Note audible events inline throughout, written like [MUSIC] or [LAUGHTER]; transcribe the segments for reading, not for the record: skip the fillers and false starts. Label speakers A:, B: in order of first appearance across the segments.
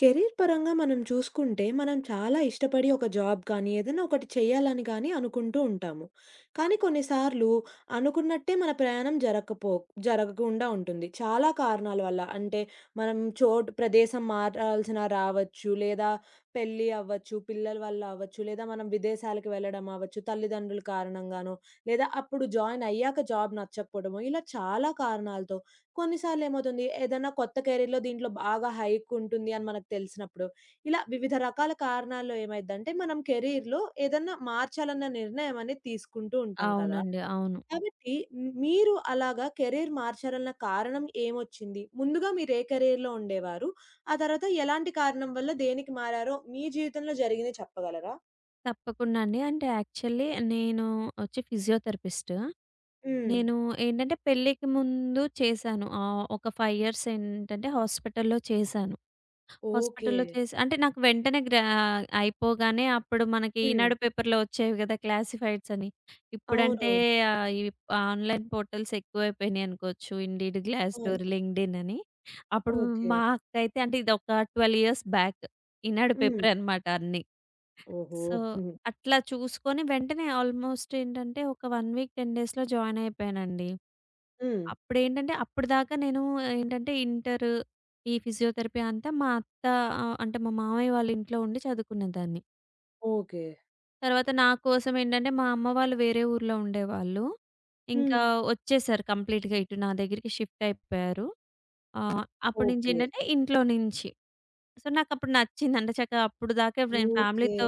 A: Career పరంగా మనం చూసుకుంటే, మనం చాలా ఇష్టపడి ఒక జాబ్ కానీ, ఏదైనా ఒకటి చేయాలని గాని అనుకుంటూ ఉంటాము. కానీ కొన్నిసార్లు అనుకున్నట్టే మన ప్రయాణం జరగకుండా ఉంటుంది. చాలా కారణాల వల్ల. అంటే మనం చోటు ప్రదేశం మారాల్సిన రావచ్చు, లేదా పెళ్లి అవ్వచ్చు, పిల్లల వల్ల అవ్వచ్చు, లేదా మనం విదేశాలకు వెళ్ళడం అవ్వచ్చు, తల్లిదండ్రుల కారణంగానో, లేదా అప్పుడు జాయిన్ అయ్యాక జాబ్ నచ్చకపోవడమో, ఇలా చాలా కారణాలతో కొన్ని సార్లేమవుతుంది, ఏదైనా కొత్త కెరీర్‌లో దీంట్లో బాగా హైకుంటుంది అని మనకు తెలిసినప్పుడు, ఇలా వివిధ రకాల కారణాల్లో ఏమైద్దంటే, మనం కెరీర్‌లో ఏదన్నా మార్చాలన్న నిర్ణయం అనేది తీసుకుంటూ ఉంటాం కదా!
B: అవునండి. అవును.
A: కాబట్టి మీరు అలాగా కెరీర్ మార్చాలన్న కారణం ఏమొచ్చింది? ముందుగా మీరు ఏ కెరీర్‌లో ఉండేవారు? ఆ తర్వాత ఎలాంటి కారణం వల్ల దేనికి మారారో మీ జీవితంలో జరిగింది చెప్పగలరా?
B: తప్పకుండా అండి. అంటే యాక్చువల్లీ నేను వచ్చి ఫిజియోథెరపిస్టు.
A: హ్మ్.
B: నేను ఏంటంటే పెళ్ళికి ముందు చేశాను. ఒక 5 ఇయర్స్ ఏంటంటే హాస్పిటల్‌లో చేశాను.
A: ఓకే.
B: హాస్పిటల్‌లో చేసి అంటే నాకు వెంటనే అయిపోగానే అప్పుడు మనకి
A: హ్మ్.
B: ఈనాడు పేపర్‌లో వచ్చేవి కదా! క్లాసిఫైడ్స్ అని. ఇప్పుడంటే
A: అవునవును.
B: ఈ ఆన్‌లైన్ పోర్టల్స్ ఎక్కువైపోయినాయి అనుకోవచ్చు. ఇండీడ్,
A: ఆ!
B: గ్లాస్‌డోర్, లింక్డ్ఇన్ అని. అప్పుడు
A: ఓకే.
B: మా అక్కయితే అంటే ఇది ఒక 12 ఇయర్స్ బ్యాక్. ఈనాడు
A: హ్మ్.
B: పేపరే అనమాట అన్నీ.
A: ఓహో!
B: సో, అట్లా చూసుకొని వెంటనే ఆల్మోస్ట్ ఏంటంటే ఒక 1 వీక్, 10 డేస్‌లో జాయిన్ అయిపోయానండి.
A: హ్మ్.
B: అప్పుడేంటంటే అప్పటిదాకా నేను ఏంటంటే ఇంటరు, ఈ ఫిజియోథెరపీ అంతా మా అత్త అంటే మా మామయ్య వాళ్ళ ఇంట్లో ఉండి చదువుకునేదాన్ని.
A: ఓకే.
B: తర్వాత నా కోసం ఏంటంటే మా అమ్మ వాళ్ళు వేరే ఊర్లో ఉండేవాళ్ళు.
A: హ్మ్.
B: ఇంకా వచ్చేసారు కంప్లీట్‌గా ఇటు నా దగ్గరికి షిఫ్ట్ అయిపోయారు. ఆహ్, అప్పటి నుంచి
A: ఓకే.
B: ఏంటంటే ఇంట్లో నుంచి. సో, నాకప్పుడు నచ్చింది. అంటే చక్కగా అప్పుడు దాకా నేను
A: ఓకే.
B: ఫ్యామిలీతో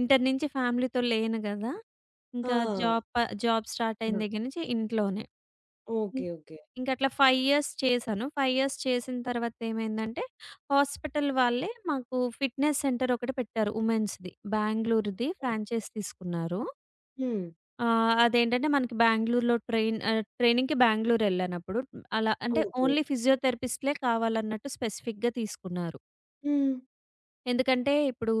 B: ఇంటర్ నుంచి ఫ్యామిలీతో లేను గదా!
A: ఆ!
B: ఇంకా జాబ్ స్టార్ట్ అయిన
A: ఆహా!
B: దగ్గర నుంచి ఇంట్లోనే. ఇం
A: ఓకే. ఓకే.
B: ఇంకట్లా 5 ఇయర్స్ చేశాను. 5 ఇయర్స్ చేసిన తర్వాత ఏమైందంటే, హాస్పిటల్ వాళ్ళే మాకు ఫిట్‌నెస్ సెంటర్ ఒకటి పెట్టారు ఉమెన్స్‌ది. బెంగుళూరుది
A: హ్మ్.
B: ఫ్రాంచైజ్ తీసుకున్నారు.
A: హ్మ్.
B: అదేంటంటే మనకి బెంగుళూరులో ట్రైనింగ్‌కి బెంగుళూరు ఎళ్ళానప్పుడు అలా అంటే
A: ఓకే.
B: ఓన్లీ ఫిజియోథెరపిస్ట్‌లే కావాలన్నట్టు స్పెసిఫిక్‌గా తీసుకున్నారు.
A: హ్మ్.
B: ఎందుకంటే ఇప్పుడు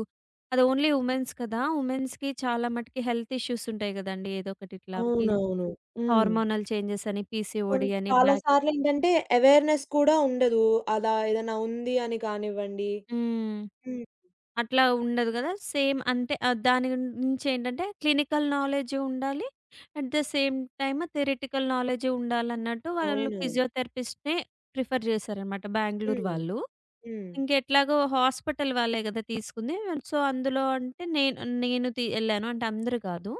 B: అది ఓన్లీ ఉమెన్స్ కదా! ఉమెన్స్‌కి చాలా మటికి హెల్త్ ఇష్యూస్ ఉంటాయి గదండీ! ఏదో ఒకటి ఇట్లా
A: అవునవును. హ్మ్.
B: హార్మోనల్ చేంజెస్ అని, పీసీఓడీ అని,
A: చాలా
B: బ్యాక్
A: సార్లేంటంటే అవేర్‌నెస్ కూడా ఉండదు. అలా ఏదైనా ఉంది అని కానివ్వండి.
B: హ్మ్.
A: హ్మ్.
B: అట్లా ఉండదు గదా! సేమ్ అంటే దాని నుంచి ఏంటంటే క్లినికల్ నాలెడ్జ్ ఉండాలి. At the same time theoretical knowledge ఉండాలన్నట్టు వాళ్ళు
A: అవునవును.
B: ఫిజియోథెరపిస్ట్‌నే ప్రిఫర్ చేశారనమాట బెంగుళూరు
A: హ్మ్.
B: వాళ్ళు.
A: హ్మ్.
B: ఇంకెట్లాగో హాస్పిటల్ వాళ్ళే గదా! తీసుకుంది. సో, అందులో అంటే నేను నేను ఎళ్ళాను. అంటే అందరూ కాదు.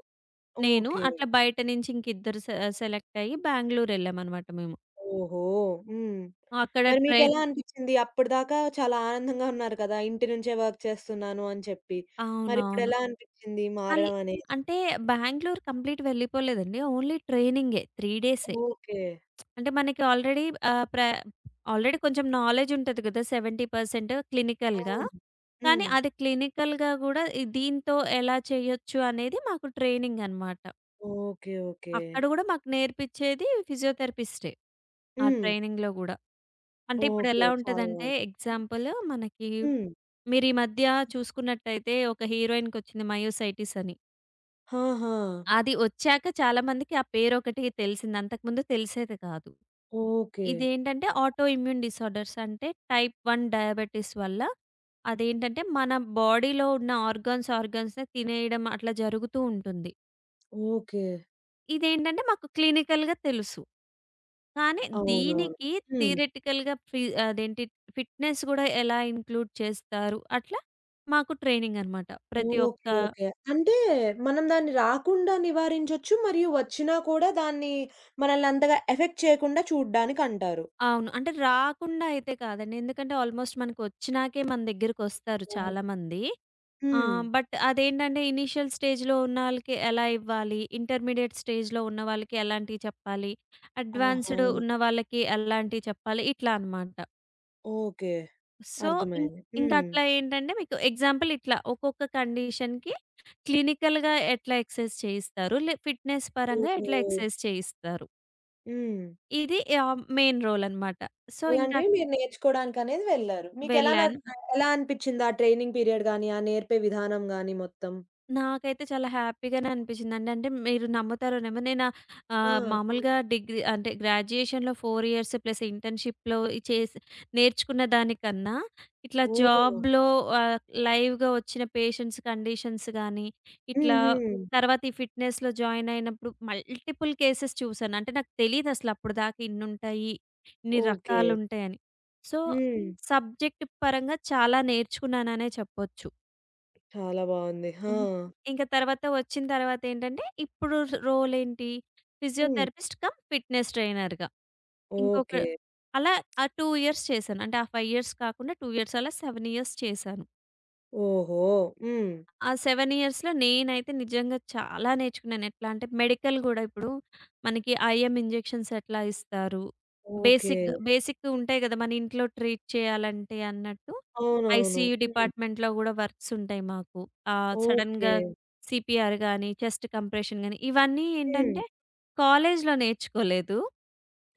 B: నేను
A: ఓకే.
B: అట్లా బయట నుంచి ఇంకిద్దరు సెలెక్ట్ అయ్యి బెంగుళూరు ఎళ్ళామనమాట మేము.
A: ఓహో! హ్మ్.
B: అక్కడ
A: మరి మీకెలా అనిపిచ్చింది? అప్పటిదాకా చాలా ఆనందంగా ఉన్నారు కదా! ఇంటి నుంచే వర్క్ చేస్తున్నాను అని చెప్పి.
B: అవునవును.
A: మరిప్పుడెలా అనిపిచ్చింది
B: అల్
A: మారడం అనేది?
B: అంటే బెంగుళూరు కంప్లీట్ వెళ్ళిపోలేదండి. ఓన్లీ ట్రైనింగే 3 డేసే.
A: ఓకే.
B: అంటే మనకి ఆల్రెడీ ఆహ్, ప్ర ఆల్రెడీ కొంచెం నాలెడ్జ్ ఉంటది కదా! 70% క్లినికల్‌గా.
A: అవును.
B: కానీ
A: హ్మ్.
B: అది క్లినికల్‌గా గూడా ఈ దీంతో ఎలా చేయొచ్చు అనేది మాకు ట్రైనింగ్ అనమాట.
A: ఓకే. ఓకే.
B: అక్కడ గూడా మాకు నేర్పించేది ఫిజియోథెరపిస్టే. ఆ
A: హ్మ్.
B: ట్రైనింగ్‌లో గూడా. అంటే ఇప్పుడు
A: ఓకే.
B: ఎలా
A: చాలా
B: ఉంటదంటే
A: బావుంది.
B: ఎగ్జాంపుల్ మనకి
A: హ్మ్.
B: మీరు ఈ మధ్య చూసుకున్నట్టయితే ఒక హీరోయిన్‌కొచ్చింది మయోసైటిస్ అని.
A: ఆహా!
B: అది ఒచ్చాక చాలామందికి ఆ పేరొకటి తెలిసింది. అంతకుముందు తెలిసేది కాదు.
A: ఓకే.
B: ఇదేంటంటే ఆటో ఇమ్యూన్ డిసార్డర్స్ అంటే టైప్ 1 డయాబెటిస్ వల్ల అదేంటంటే మన బాడీలో ఉన్న ఆర్గాన్స్‌ని తినేయడం అట్లా జరుగుతూ ఉంటుంది.
A: ఓకే.
B: ఇదేంటంటే మాకు క్లినికల్‌గా తెలుసు. కానీ
A: అవునవును.
B: దీనికి
A: హ్మ్.
B: థియరిటికల్‌గా అదేంటి ఫిట్‌నెస్ గూడా ఎలా ఇంక్లూడ్ చేస్తారు? అట్లా మాకు ట్రైనింగ్ అనమాట. ప్రతి ఒక్క
A: ఓకే. ఓకే. అంటే మనం దాన్ని రాకుండా నివారించొచ్చు. మరియు వచ్చినా కూడా దాన్ని మనల్ని అంతగా ఎఫెక్ట్ చేయకుండా చూడ్డానికంటారు.
B: అవును. అంటే రాకుండా అయితే కాదండి. ఎందుకంటే ఆల్మోస్ట్ మనకొచ్చినాకే మన దగ్గరకొస్తారు
A: ఓహ్!
B: చాలామంది.
A: హ్మ్.
B: బట్ అదేంటంటే ఇనీషియల్ స్టేజ్‌లో ఉన్నళ్ళకి ఎలా ఇవ్వాలి? ఇంటర్మీడియేట్ స్టేజ్‌లో ఉన్న వాళ్ళకి ఎలాంటివి చెప్పాలి?
A: ఆహా!
B: అడ్వాన్స్‌డ్ ఉన్న వాళ్ళకి ఎలాంటివి చెప్పాలి? ఇట్లా అనమాట.
A: ఓకే.
B: సో, ఇం
A: అర్థమైంది.
B: ఇంకా
A: హ్మ్.
B: అట్లా ఏంటంటే మీకు ఎగ్జాంపుల్ ఇట్లా ఒక్కొక్క కండిషన్‌కి క్లినికల్‌గా ఎట్లా ఎక్సర్సైజ్ చేయిస్తారు? ఫిట్‌నెస్ పరంగా
A: ఓహో!
B: ఎట్లా ఎక్సర్సైజ్ చేయిస్తారు?
A: హ్మ్.
B: ఇది మెయిన్ రోల్ అనమాట. సో, ఇంకా
A: అలాంటివి మీరు నేర్చుకోడానికనేది వెళ్లారు. మీకెలా న
B: వెళ్ళాను.
A: హ్మ్. ఎలా అనిపిచ్చింది? ఆ ట్రైనింగ్ పీరియడ్ గాని, ఆ నేర్పే విధానం గాని మొత్తం?
B: నాకైతే చాలా హ్యాపీగానే అనిపించిందండి. అంటే మీరు నమ్ముతారో నమ్మరో నేను
A: ఆ! హ్మ్.
B: మామూలుగా డిగ్రీ అంటే గ్రాడ్యుయేషన్‌లో 4 ఇయర్స్ ప్లస్ ఇంటర్న్‌షిప్‌లో చేసి నేర్చుకున్న దానికన్నా ఇట్లా
A: ఓహ్!
B: జాబ్‌లో ఆహ్, లైవ్‌గా వచ్చిన పేషెంట్స్ కండిషన్స్ గానీ, ఇట్లా
A: హుహు.
B: తర్వాత ఈ ఫిట్‌నెస్‌లో జాయిన్ అయినప్పుడు మల్టిపుల్ కేసెస్ చూసాను. అంటే నాకు తెలీదసలు అప్పటిదాకా ఇన్నుంటాయి, ఇన్ని
A: ఓకే.
B: రకాలుంటాయని. సో,
A: హ్మ్. హ్మ్.
B: సబ్జెక్ట్ పరంగా చాలా నేర్చుకున్నాననే చెప్పొచ్చు.
A: చాలా బావుంది. ఆ!
B: హ్మ్. ఇంక తర్వాత వచ్చిన తర్వాతేంటంటే, ఇప్పుడు రోలేంటి
A: హ్మ్.
B: ఫిజియోథెరపిస్ట్ కమ్ ఫిట్‌నెస్ ట్రైనర్‌గా. ఇంకొక
A: ఓకే.
B: అలా ఆ 2 ఇయర్స్ చేశాను. అంటే ఆ 5 ఇయర్స్ కాకుండా 2 ఇయర్స్ అలా 7 ఇయర్స్ చేశాను.
A: ఓహో! హ్మ్.
B: ఆ 7 ఇయర్స్‌లో నేనైతే నిజంగా చాలా నేర్చుకున్నాను. ఎట్లా అంటే మెడికల్ గూడా ఇప్పుడు మనకి ఐఎం ఇంజెక్షన్స్ ఎట్లా ఇస్తారు?
A: ఓకే.
B: బేసిక్,
A: హ్మ్.
B: బేసిక్ ఉంటాయి గదా! మన ఇంట్లో ట్రీట్ చేయాలంటే అన్నట్టు.
A: అవునవును.
B: ఐసీయూ
A: హ్మ్.
B: డిపార్ట్మెంట్‌లో గూడా వర్క్స్ ఉంటాయి మాకు.
A: ఓకే.
B: సడెన్‌గా సీపీఆర్ గానీ, చెస్ట్ కంప్రెషన్ గానీ ఇవన్నీ
A: హ్మ్.
B: ఏంటంటే కాలేజ్‌లో నేర్చుకోలేదు.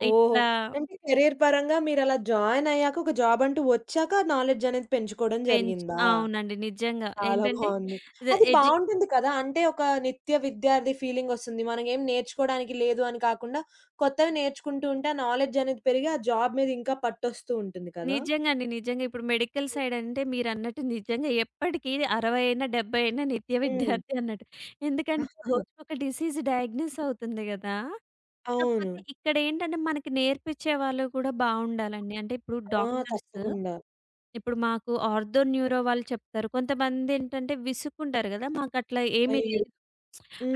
A: ఓహో! హ్మ్.
B: ఇట్లా
A: అంటే కెరియర్ పరంగా మీరలా జాయిన్ అయ్యాక, ఒక జాబ్ అంటూ వచ్చాక నాలెడ్జ్ అనేది పెంచుకోవడం
B: పెంచ్
A: జరిగిందా?
B: అవునండి. నిజంగా
A: చాలా
B: ఏంటంటే
A: బావుంది. అది
B: ఎడ్యు
A: బావుంటుంది కదా! అంటే ఒక నిత్య విద్యార్థి ఫీలింగొస్తుంది. మనం ఏం నేర్చుకోడానికి లేదు అని కాకుండా, కొత్తవి నేర్చుకుంటూ ఉంటే ఆ నాలెడ్జ్ అనేది పెరిగి, ఆ జాబ్ మీద ఇంకా పట్టొస్తూ ఉంటుంది కదా!
B: నిజంగా అండి. నిజంగా. ఇప్పుడు మెడికల్ సైడ్ అంటే మీరన్నట్టు నిజంగా ఎప్పటికి 60 అయినా, 70 అయినా నిత్య
A: హ్మ్.
B: విద్యార్థి అన్నట్టు. ఎందుకంటే
A: ఆ!
B: రోజుకొక డిసీజ్ డయాగ్నోస్ అవుతుంది గదా!
A: అవును.
B: కాకపోతే ఇక్కడేంటంటే మనకి నేర్పించే వాళ్ళు కూడా బావుండాలండి. అంటే ఇప్పుడు
A: ఆ!
B: డాక్టర్స్
A: తప్పకుండా.
B: ఇప్పుడు మాకు ఆర్థో, న్యూరో వాళ్ళు చెప్తారు. కొంతమందేంటంటే విసుక్కుంటారు గదా! మాకట్లా ఏమీ
A: అయ్యో!
B: లేదు.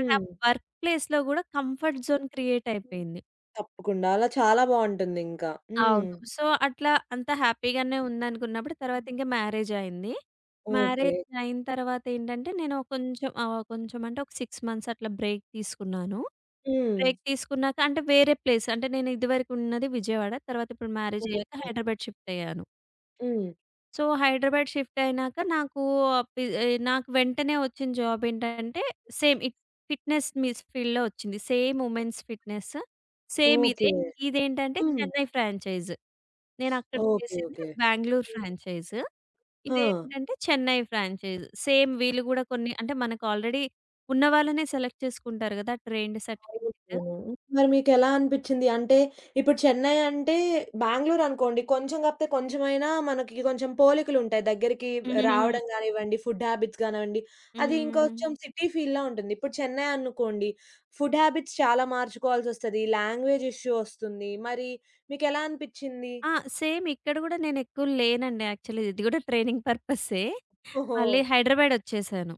B: అది ఆ వర్క్ ప్లేస్‌లో గూడా కంఫర్ట్ జోన్ క్రియేట్ అయిపోయింది.
A: తప్పకుండా. అలా చాలా బావుంటుందింకా. హ్మ్.
B: అవును. సో, అట్లా అంతా హ్యాపీగానే ఉందనుకున్నప్పుడు తర్వాత ఇంక మ్యారేజ్ అయింది. హ్మ్.
A: ఓకే.
B: మ్యారేజ్ అయిన తర్వాత ఏంటంటే నేను కొంచెం కొంచెం అంటే ఒక 6 మంత్స్ అట్లా బ్రేక్ తీసుకున్నాను.
A: హ్మ్.
B: బ్రేక్ తీసుకున్నాక అంటే వేరే ప్లేస్ అంటే నేను ఇదివరకు ఉన్నది విజయవాడ. తర్వాత ఇప్పుడు మ్యారేజ్
A: ఓకే.
B: అయ్యాక హైదరాబాద్ షిఫ్ట్ అయ్యాను.
A: హ్మ్.
B: సో, హైదరాబాద్ షిఫ్ట్ అయినాక నాకు వెంటనే వచ్చిన జాబ్ ఏంటంటే సేమ్ ఇట్ ఫిట్‌నెస్ ఫీల్డ్‌లో వచ్చింది. Same women's fitness. Same
A: okay.
B: ఇదే. ఇదేంటంటే
A: హ్మ్.
B: చెన్నై ఫ్రాంచైజ్. నేనక్కడ
A: ఓకే.
B: చేసింది
A: ఓకే.
B: బెంగుళూరు ఫ్రాంచైజ్.
A: ఆ!
B: ఇదేంటంటే చెన్నై ఫ్రాంచైజ్. సేమ్ వీళ్ళు గూడా కొన్ని అంటే మనకు ఆల్రెడీ ఉన్న వాళ్ళనే సెలెక్ట్ చేసుకుంటారు గదా! Trained certificate.
A: అవును. మరి మీకెలా అనిపిచ్చింది? అంటే ఇప్పుడు చెన్నై అంటే బెంగుళూరు అనుకోండి. కొంచెం కాకపోతే కొంచెమైనా మనకి కొంచెం పోలికలుంటాయి. దగ్గరికి
B: హ్మ్.
A: రావడం గానివ్వండి, ఫుడ్ హ్యాబిట్స్ గానివ్వండి. అది
B: హ్మ్. [LAUGHS]
A: ఇంకొంచెం సిటీ ఫీల్‌లా ఉంటుంది. ఇప్పుడు చెన్నై అనుకోండి. ఫుడ్ హ్యాబిట్స్ చాలా మార్చుకోవాల్సొస్తది. లాంగ్వేజ్ ఇష్యూ వస్తుంది. మరి మీకెలా అనిపిచ్చింది?
B: ఆ! సేమ్ ఇక్కడ గూడా నేనెక్కువ లేనండి యాక్చువల్లీ. ఇది గూడా ట్రైనింగ్ పర్పస్సే.
A: ఓహో!
B: మళ్ళీ హైదరాబాదొచ్చేసాను.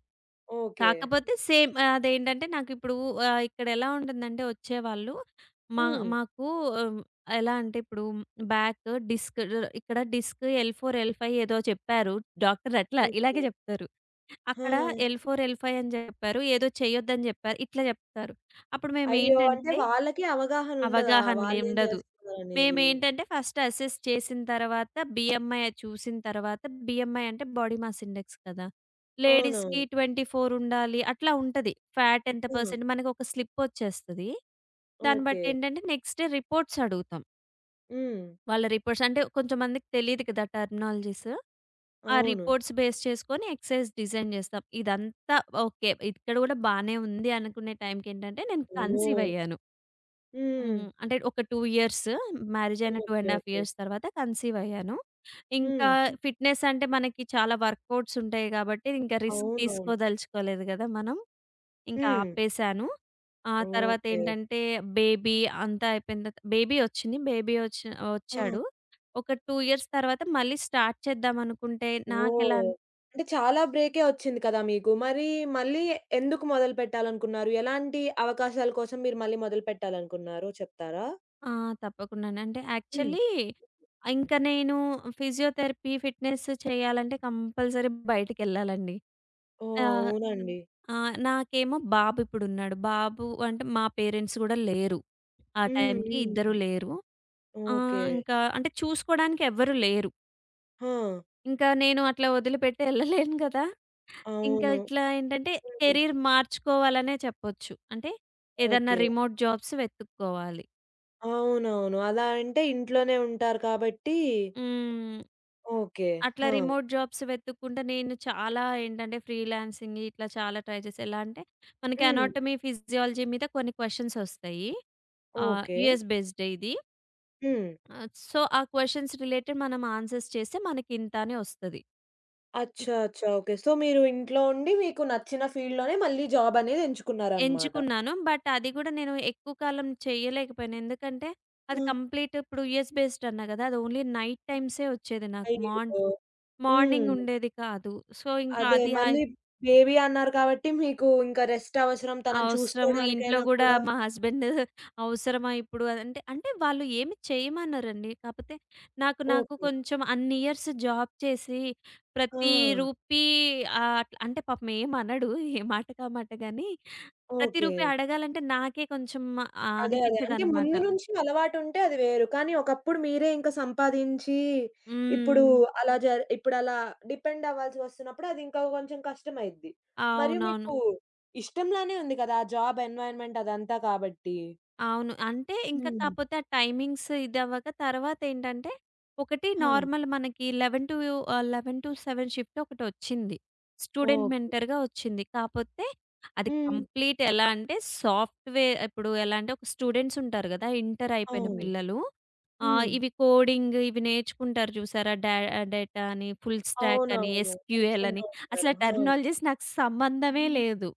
A: ఓకే.
B: కాకపోతే సేమ్ అదేంటంటే నాకిప్పుడు ఇక్కడెలా ఉంటుందంటే వచ్చేవాళ్ళు మా
A: హ్మ్.
B: మాకు ఆహ్, ఎలా అంటే ఇప్పుడు బ్యాక్ డిస్క్ ఇక్కడ డిస్క్ ఎల్4, ఎల్5 ఏదో చెప్పారు. డాక్టర్ అట్లా
A: ఓకే.
B: ఇలాగే చెప్తారు.
A: ఆ!
B: అక్కడ ఎల్4, ఎల్5 అని చెప్పారు. ఏదో చేయొద్దని చెప్పారు. ఇట్లా చెప్తారు. అప్పుడు
A: అయ్యో! అంటే
B: మేమేంటంటే
A: వాళ్ళకి అవగాహన ఉండదా?
B: అవగాహన
A: వాళ్ళేం
B: ఉండదు.
A: చేస్తున్నారనేది.
B: మేమేంటంటే ఫస్ట్ అసెస్ చేసిన తర్వాత బీఎంఐ చూసిన తర్వాత బీఎంఐ అంటే బాడీ మాస్ ఇండెక్స్ కదా! లేడీస్‌కి
A: అవునవును.
B: 24 ఉండాలి అట్లా ఉంటది. ఫ్యాట్ ఎంత
A: ఆ!
B: పర్సెంట్ మనకొక స్లిప్ ఒచ్చేస్తది. దాన్ని
A: ఓకే.
B: బట్టి ఏంటంటే నెక్స్ట్ డే రిపోర్ట్స్ అడుగుతాం.
A: హ్మ్.
B: వాళ్ళ రిపోర్ట్స్ అంటే కొంచెంమందికి తెలీదు కదా! టర్మినాలజీస్. ఆ
A: అవును.
B: రిపోర్ట్స్ బేస్ చేసుకొని ఎక్సర్‌సైజ్ డిజైన్ చేస్తాం. ఇదంతా ఓకే. ఇక్కడ గూడా బానే ఉంది అనుకునే టైంకేంటంటే నేను కన్సీవ్
A: ఓహ్!
B: అయ్యాను.
A: హ్మ్.
B: హ్మ్. అంటే ఒక 2 ఇయర్స్ మ్యారేజ్ అయిన 2
A: ఓకే.
B: ½
A: ఓకే.
B: ఇయర్స్ తర్వాత కన్సీవ్ అయ్యాను. ఇంకా
A: హ్మ్.
B: ఫిట్‌నెస్ అంటే మనకి చాలా వర్కౌట్స్ ఉంటాయి కాబట్టి ఇంకా రిస్క్
A: అవునవును.
B: తీసుకోదలుచుకోలేదు గదా! మనం. ఇంకా
A: హ్మ్.
B: ఆపేసాను. ఆ తర్వాత
A: ఓకే.
B: ఏంటంటే బేబీ అంతా అయిపోయిన తర్వాత బేబీ వచ్చింది. బేబీ వచ్చి
A: ఆ!
B: వచ్చాడు. ఒక 2 ఇయర్స్ తర్వాత మళ్ళీ స్టార్ట్ చేద్దాం అనుకుంటే నాకెలా
A: ఓహ్! అంటే చాలా బ్రేకే వచ్చింది కదా మీకు. మరి మళ్ళీ ఎందుకు మొదలుపెట్టాలనుకున్నారు? ఎలాంటి అవకాశాల కోసం మీరు మళ్ళీ మొదలుపెట్టాలనుకున్నారో చెప్తారా?
B: ఆ! తప్పకుండానే. అంటే
A: హ్మ్.
B: యాక్చువల్లీ ఇంకా నేను ఫిజియోథెరపీ, ఫిట్‌నెస్ చేయాలంటే కంపల్సరీ బయటికెళ్ళాలండి. ఆ!
A: ఓహ్! అవునండి.
B: ఆ! నాకేమో బాబిప్పుడున్నాడు. బాబు అంటే మా పేరెంట్స్ గూడా లేరు. ఆ
A: హ్మ్.
B: టైంకి
A: హ్మ్.
B: ఇద్దరు లేరు.
A: ఓకే.
B: ఇంకా అంటే చూసుకోడానికి ఎవ్వరు లేరు.
A: ఆ!
B: ఇంకా నేను అట్లా వదిలిపెట్టి ఎళ్ళలేను గదా! ఇంకా
A: అవును.
B: ఇట్లా ఏంటంటే
A: హ్మ్.
B: కెరీర్ మార్చుకోవాలనే చెప్పొచ్చు. అంటే ఏదన్నా
A: ఓకే.
B: రిమోట్ జాబ్స్ వెతుక్కోవాలి.
A: అవునవును. అలా అంటే ఇంట్లోనే ఉంటారు కాబట్టి
B: హ్మ్.
A: ఓకే. ఆ!
B: అట్లా రిమోట్ జాబ్స్ వెతుక్కుంటే నేను చాలా ఏంటంటే ఫ్రీలాన్సింగ్ ఇట్లా చాలా ట్రై చేశా. ఎలా అంటే మనకి
A: హ్మ్.
B: అనాటమీ, ఫిజియాలజీ మీద కొన్ని క్వెషన్స్ ఒస్తాయి. ఆ!
A: ఓకే.
B: యూఎస్ బేస్డే ఇది.
A: హ్మ్.
B: సో, ఆ క్వెషన్స్ రిలేటెడ్ మనం ఆన్సర్స్ చేస్తే మనకింత అని ఒస్తది. ఇ
A: అచ్చా! అచ్చా! ఓకే. సో, మీరు ఇంట్లో ఉండి మీకు నచ్చిన ఫీల్డ్‌లోనే మళ్ళీ జాబ్ అనేది ఎంచుకున్నారనమాట.
B: ఎంచుకున్నాను. బట్ అది గూడా నేను ఎక్కువ కాలం చేయలేకపోయాను. ఎందుకంటే,
A: ఆ!
B: అది కంప్లీట్ ఇప్పుడు యూఎస్ బేస్డ్ అన్నా గదా! అది ఓన్లీ నైట్ టైమ్సే ఒచ్చేది నాకు.
A: అయ్యో!
B: మార్నింగ్
A: హ్మ్.
B: ఉండేది కాదు. సో, ఇంకా
A: అదే
B: అది ఆ
A: మళ్ళీ బేబీ అన్నారు కాబట్టి మీకు ఇంకా రెస్ట్ అవసరం. తనని
B: అవసరము. ఇంట్లో
A: చూసుకోవడానికైనా
B: గూడా
A: కూడా
B: మా హస్బెండ్ "అవసరమా ఇప్పుడు" అదంటే అంటే అంటే వాళ్ళు ఏమి చేయమనరండి. కాపోతే నాకు నాకు
A: ఓకే.
B: కొంచెం అన్ని ఇయర్స్ జాబ్ చేసి
A: ఆ!
B: ప్రతి రూపీ అట్ల అంటే పాపం ఏమనడు. ఏ మాటకా మాట గాని ప్రతి
A: ఓకే.
B: రూపీ అడగాలంటే నాకే కొంచెం
A: అదే. అదే. అంటే
B: అనిపిచ్చేదనమాట.
A: ముందు నుంచి అలవాటుంటే అది వేరు. కానీ ఒకప్పుడు మీరే ఇంకా సంపాదించి ఇప్పుడు
B: హ్మ్.
A: అలా జర్ ఇప్పుడలా డిపెండ్ అవ్వాల్సి వస్తున్నప్పుడు అది ఇంకా కొంచెం కష్టమైద్ది. మరియు
B: అవునవును.
A: మీకు ఇష్టంలానే ఉంది కదా! ఆ జాబ్ ఎన్వైర్న్‌మెంట్ అదంతా కాబట్టి.
B: అవును. అంటే ఇంకా
A: హ్మ్.
B: కాపోతే ఆ టైమింగ్స్ ఇదవ్వక తర్వాతేంటంటే, ఒకటి
A: ఆ!
B: నార్మల్ మనకి 11 టు 11-7 షిఫ్ట్ ఒకటొచ్చింది. Student
A: okay.
B: మెంటర్‌గా వచ్చింది. కాపోతే అది
A: హ్మ్.
B: కంప్లీట్ ఎలా అంటే సాఫ్ట్‌వేర్ ఇప్పుడు ఎలా అంటే ఒక స్టూడెంట్స్ ఉంటారు గదా! ఇంటర్ అయిపోయిన
A: అవును.
B: పిల్లలు.
A: హ్మ్.
B: ఇవి కోడింగ్ ఇవి నేర్చుకుంటారు చూసారా? డేటా అని, ఫుల్ స్టాక్ అని,
A: అవునవును.
B: ఎస్‌క్యూఎల్
A: నేర్చుకుంటూ
B: అని అసలు
A: ఉంటారు.
B: ఆ
A: ఆ!
B: టెర్మినాలజీస్ నాకు సంబంధమే లేదు.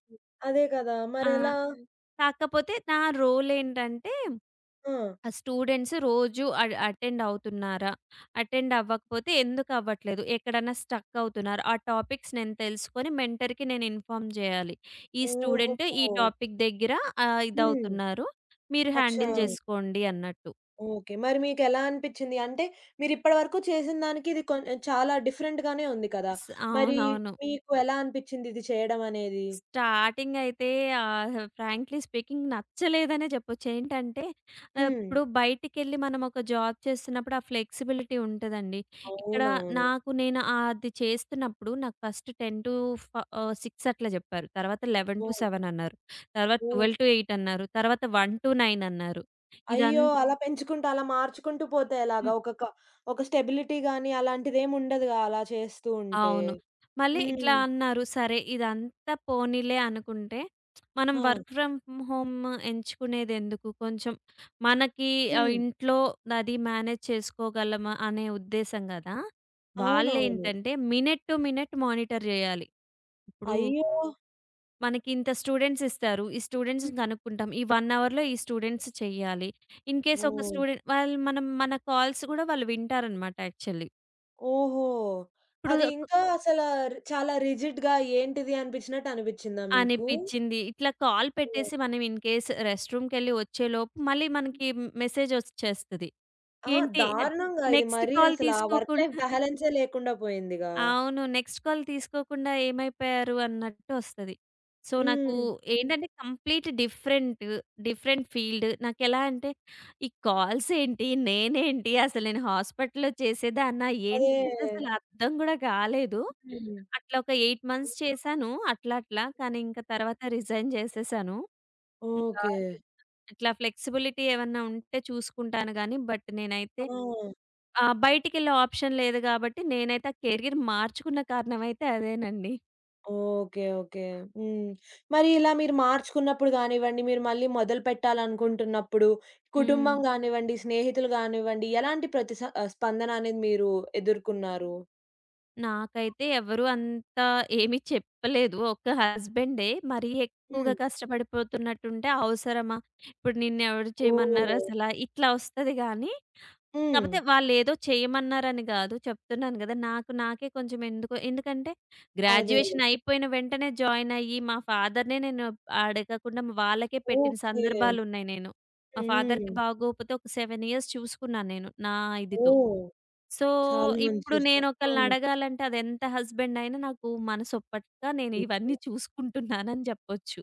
A: అదే కదా!
B: ఆ!
A: మరెలా?
B: కాకపోతే నా రోలేంటంటే
A: ఆ!
B: ఆ స్టూడెంట్స్ రోజు అటెండ్ అవుతున్నారా? అటెండ్ అవ్వకపోతే ఎందుకు అవ్వట్లేదు? ఎక్కడన్నా స్టక్ అవుతున్నారు. ఆ టాపిక్స్ నేను తెలుసుకొని మెంటర్‌కి నేను ఇన్ఫార్మ్ జేయాలి. ఈ స్టూడెంట్ ఈ
A: ఓహో!
B: టాపిక్ దగ్గర
A: హ్మ్.
B: ఇదవుతున్నారు. మీరు
A: అచ్చా!
B: హ్యాండిల్ జేసుకోండి అన్నట్టు.
A: ఓకే. మరి మీకెలా అనిపిచ్చింది? అంటే మీరిప్పటి వరకు చేసిన దానికి ఇది చాలా డిఫరెంట్‌గానే ఉంది కదా!
B: స్
A: మరి
B: అవునవును.
A: మీకు ఎలా అనిపిచ్చింది ఇది చేయడం అనేది?
B: స్టార్టింగ్ అయితే ఫ్రాంక్లీ స్పీకింగ్ నచ్చలేదనే చెప్పొచ్చు. ఏంటంటే
A: హ్మ్.
B: ఇప్పుడు బయటికెళ్ళి మనం ఒక జాబ్ చేస్తున్నప్పుడు ఆ ఫ్లెక్సిబిలిటీ ఉంటదండి. ఇక్కడ
A: అవునవును.
B: నాకు నేను అది చేస్తున్నప్పుడు నాకు ఫస్ట్ 10 టు ఫ 6 అట్లా చెప్పారు. తర్వాత
A: ఓహ్!
B: 11-7 అన్నారు. తర్వాత
A: ఓహ్!
B: 12-8 అన్నారు. తర్వాత 1-9 అన్నారు. ఇదం
A: అయ్యో! అలా పెంచుకుంటూ, అలా మార్చుకుంటూ పోతే ఎలాగా? ఒక స్టెబిలిటీ గాని అలాంటిదేమి ఉండదుగా అలా చేస్తూ ఉంటే.
B: అవును. మళ్ళీ
A: హ్మ్.
B: ఇట్లా అన్నారు, సరే ఇదంతా పోనీలే అనుకుంటే, మనం
A: ఆ!
B: వర్క్ ఫ్రమ్ హోమ్ ఎంచుకునేదెందుకు? కొంచెం మనకి
A: హ్మ్.
B: ఇంట్లో అది మేనేజ్ చేసుకోగలమా అనే ఉద్దేశం గదా!
A: అవునవును.
B: వాళ్ళేంటంటే మినిట్ టు మినిట్ మానిటర్ జేయాలి. ఇప్పుడు
A: అయ్యో!
B: మనకి ఇంత స్టూడెంట్స్ ఇస్తారు. ఈ
A: హ్మ్.
B: స్టూడెంట్స్‌ని కనుక్కుంటాం. ఈ 1 అవర్‌లో ఈ స్టూడెంట్స్ చెయ్యాలి. ఇన్‌కేస్ ఒక
A: ఓహ్!
B: స్టూడెంట్ వాళ్ళు మనం మన కాల్స్ గూడా వాళ్ళు వింటారనమాట యాక్చువల్లీ.
A: ఓహో!
B: ఇప్పుడు
A: అది ఇంకా అసల ర్ చాలా రిజిడ్‌గా ఏంటిది అనిపించినట్టు అనిపించిందా మీకు?
B: అనిపిచ్చింది. ఇట్లా కాల్
A: ఓహ్!
B: పెట్టేసి మనం ఇన్ కేస్ రెస్ట్ రూమ్‌కెళ్ళి వచ్చేలోపు మళ్ళీ మనకి మెసేజ్ ఒచ్చేస్తది.
A: ఆ!
B: ఏంటి
A: దారుణంగా ఇది
B: నెక్స్ట్
A: మరీ
B: కాల్
A: అసల ఆ వర్క్
B: తీసుకోకుం
A: లైఫ్ బ్యాలన్సే లేకుండా పోయిందిగా.
B: అవును. నెక్స్ట్ కాల్ తీసుకోకుండా ఏమైపోయారు అన్నట్టు ఒస్తది. సో, నాకు
A: హ్మ్.
B: ఏంటంటే కంప్లీట్ డిఫరెంట్, డిఫరెంట్ ఫీల్డ్. నాకెలా అంటే ఈ కాల్స్ ఏంటి? నేనేంటి? అసలు నేను హాస్పిటల్‌లో చేసేదాన్నా?
A: అదే.
B: ఏంటి నాకసలు అర్థం గూడా గాలేదు.
A: హ్మ్.
B: అట్లా ఒక 8 మంత్స్ చేశాను అట్లా అట్లా. కానీ ఇంక తర్వాత రిజైన్ చేసేశాను. ఇంకా
A: ఓకే.
B: ఇట్లా ఫ్లెక్సిబిలిటీ ఏమన్నా ఉంటే చూసుకుంటాను గానీ బట్ నేనైతే
A: ఆ!
B: ఆ! బయటికెళ్ళే ఆప్షన్ లేదు గాబట్టి, నేనైతే ఆ కెరీర్ మార్చుకున్న కారణమైతే అదేనండి.
A: ఓకే. ఓకే. హ్మ్. మరి ఇలా మీరు మార్చుకున్నప్పుడు గానివ్వండి, మీరు మళ్ళీ మొదలు పెట్టాలనుకుంటున్నప్పుడు,
B: హ్మ్.
A: కుటుంబం గానివ్వండి, స్నేహితులు గానివ్వండి, ఎలాంటి స్పందన అనేది మీరు ఎదుర్కొన్నారు?
B: నాకైతే ఎవరు అంత ఏమి చెప్పలేదు. ఒక్క హస్బెండే మరీ ఎక్కువగా
A: హ్మ్.
B: కష్టపడిపోతున్నట్టుంటే అవసరమా? ఇప్పుడు నిన్నెవరు
A: ఓహ్!
B: చేయమన్నారసల? ఇట్లా ఒస్తది గానీ
A: హ్మ్.
B: కాపోతే వాళ్ళేదో చేయమన్నారని గాదు. చెప్తున్నాను గదా! నాకే కొంచెం ఎందుకో ఎందుకంటే
A: అదే.
B: గ్రాడ్యుయేషన్ అయిపోయిన వెంటనే జాయిన్ అయ్యి, మా ఫాదర్‌నే నేను అడగకుండా వాళ్ళకే పెట్టిన
A: ఓకే.
B: సందర్భాలున్నాయి నేను. మా ఫాదర్‌కి
A: హ్మ్.
B: బాగోకపోతే ఒక 7 ఇయర్స్ చూసుకున్నాను నేను నా ఇదితో.
A: ఓహ్!
B: సో,
A: చాలా మంచి
B: ఇప్పుడు
A: విషయం. ఆ!
B: నేనొకళ్ళనడగాలంటే అదెంత హస్బెండ్ అయినా నాకు మనసొప్పక నేను ఇవన్నీ చూసుకుంటున్నానని జెప్పొచ్చు.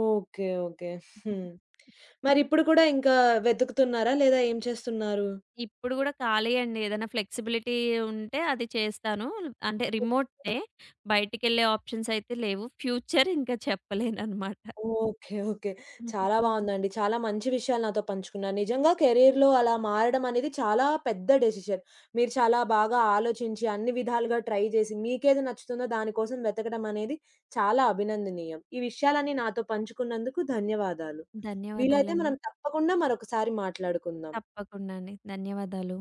A: ఓకే. ఓకే. హ్మ్. మరిప్పుడు కూడా ఇంకా వెతుకుతున్నారా? లేదా ఏం చేస్తున్నారు?
B: ఇప్పుడు గూడా ఖాళీ అండి. ఏదైనా ఫ్లెక్సిబిలిటీ ఉంటే అది చేస్తాను. అంటే రిమోటే. బయటికెళ్ళే ఆప్షన్స్ అయితే లేవు. ఫ్యూచర్ ఇంకా చెప్పలేననమాట.
A: ఓకే. ఓకే. చాలా బావుందండి. చాలా మంచి విషయాలు నాతో పంచుకున్నారు. నిజంగా కెరియర్‌లో అలా మారడం అనేది చాలా పెద్ద డెసిషన్. మీరు చాలా బాగా ఆలోచించి, అన్ని విధాలుగా ట్రై చేసి, మీకేది నచ్చుతుందో దాని కోసం వెతకడం అనేది చాలా అభినందనీయం. ఈ విషయాలన్నీ నాతో పంచుకున్నందుకు ధన్యవాదాలు. వీలైతే
B: ధన్యవాదాలండి.
A: మనం తప్పకుండా మరొకసారి మాట్లాడుకుందాం.
B: తప్పకుండా అండి. ధన్యవాదాలు.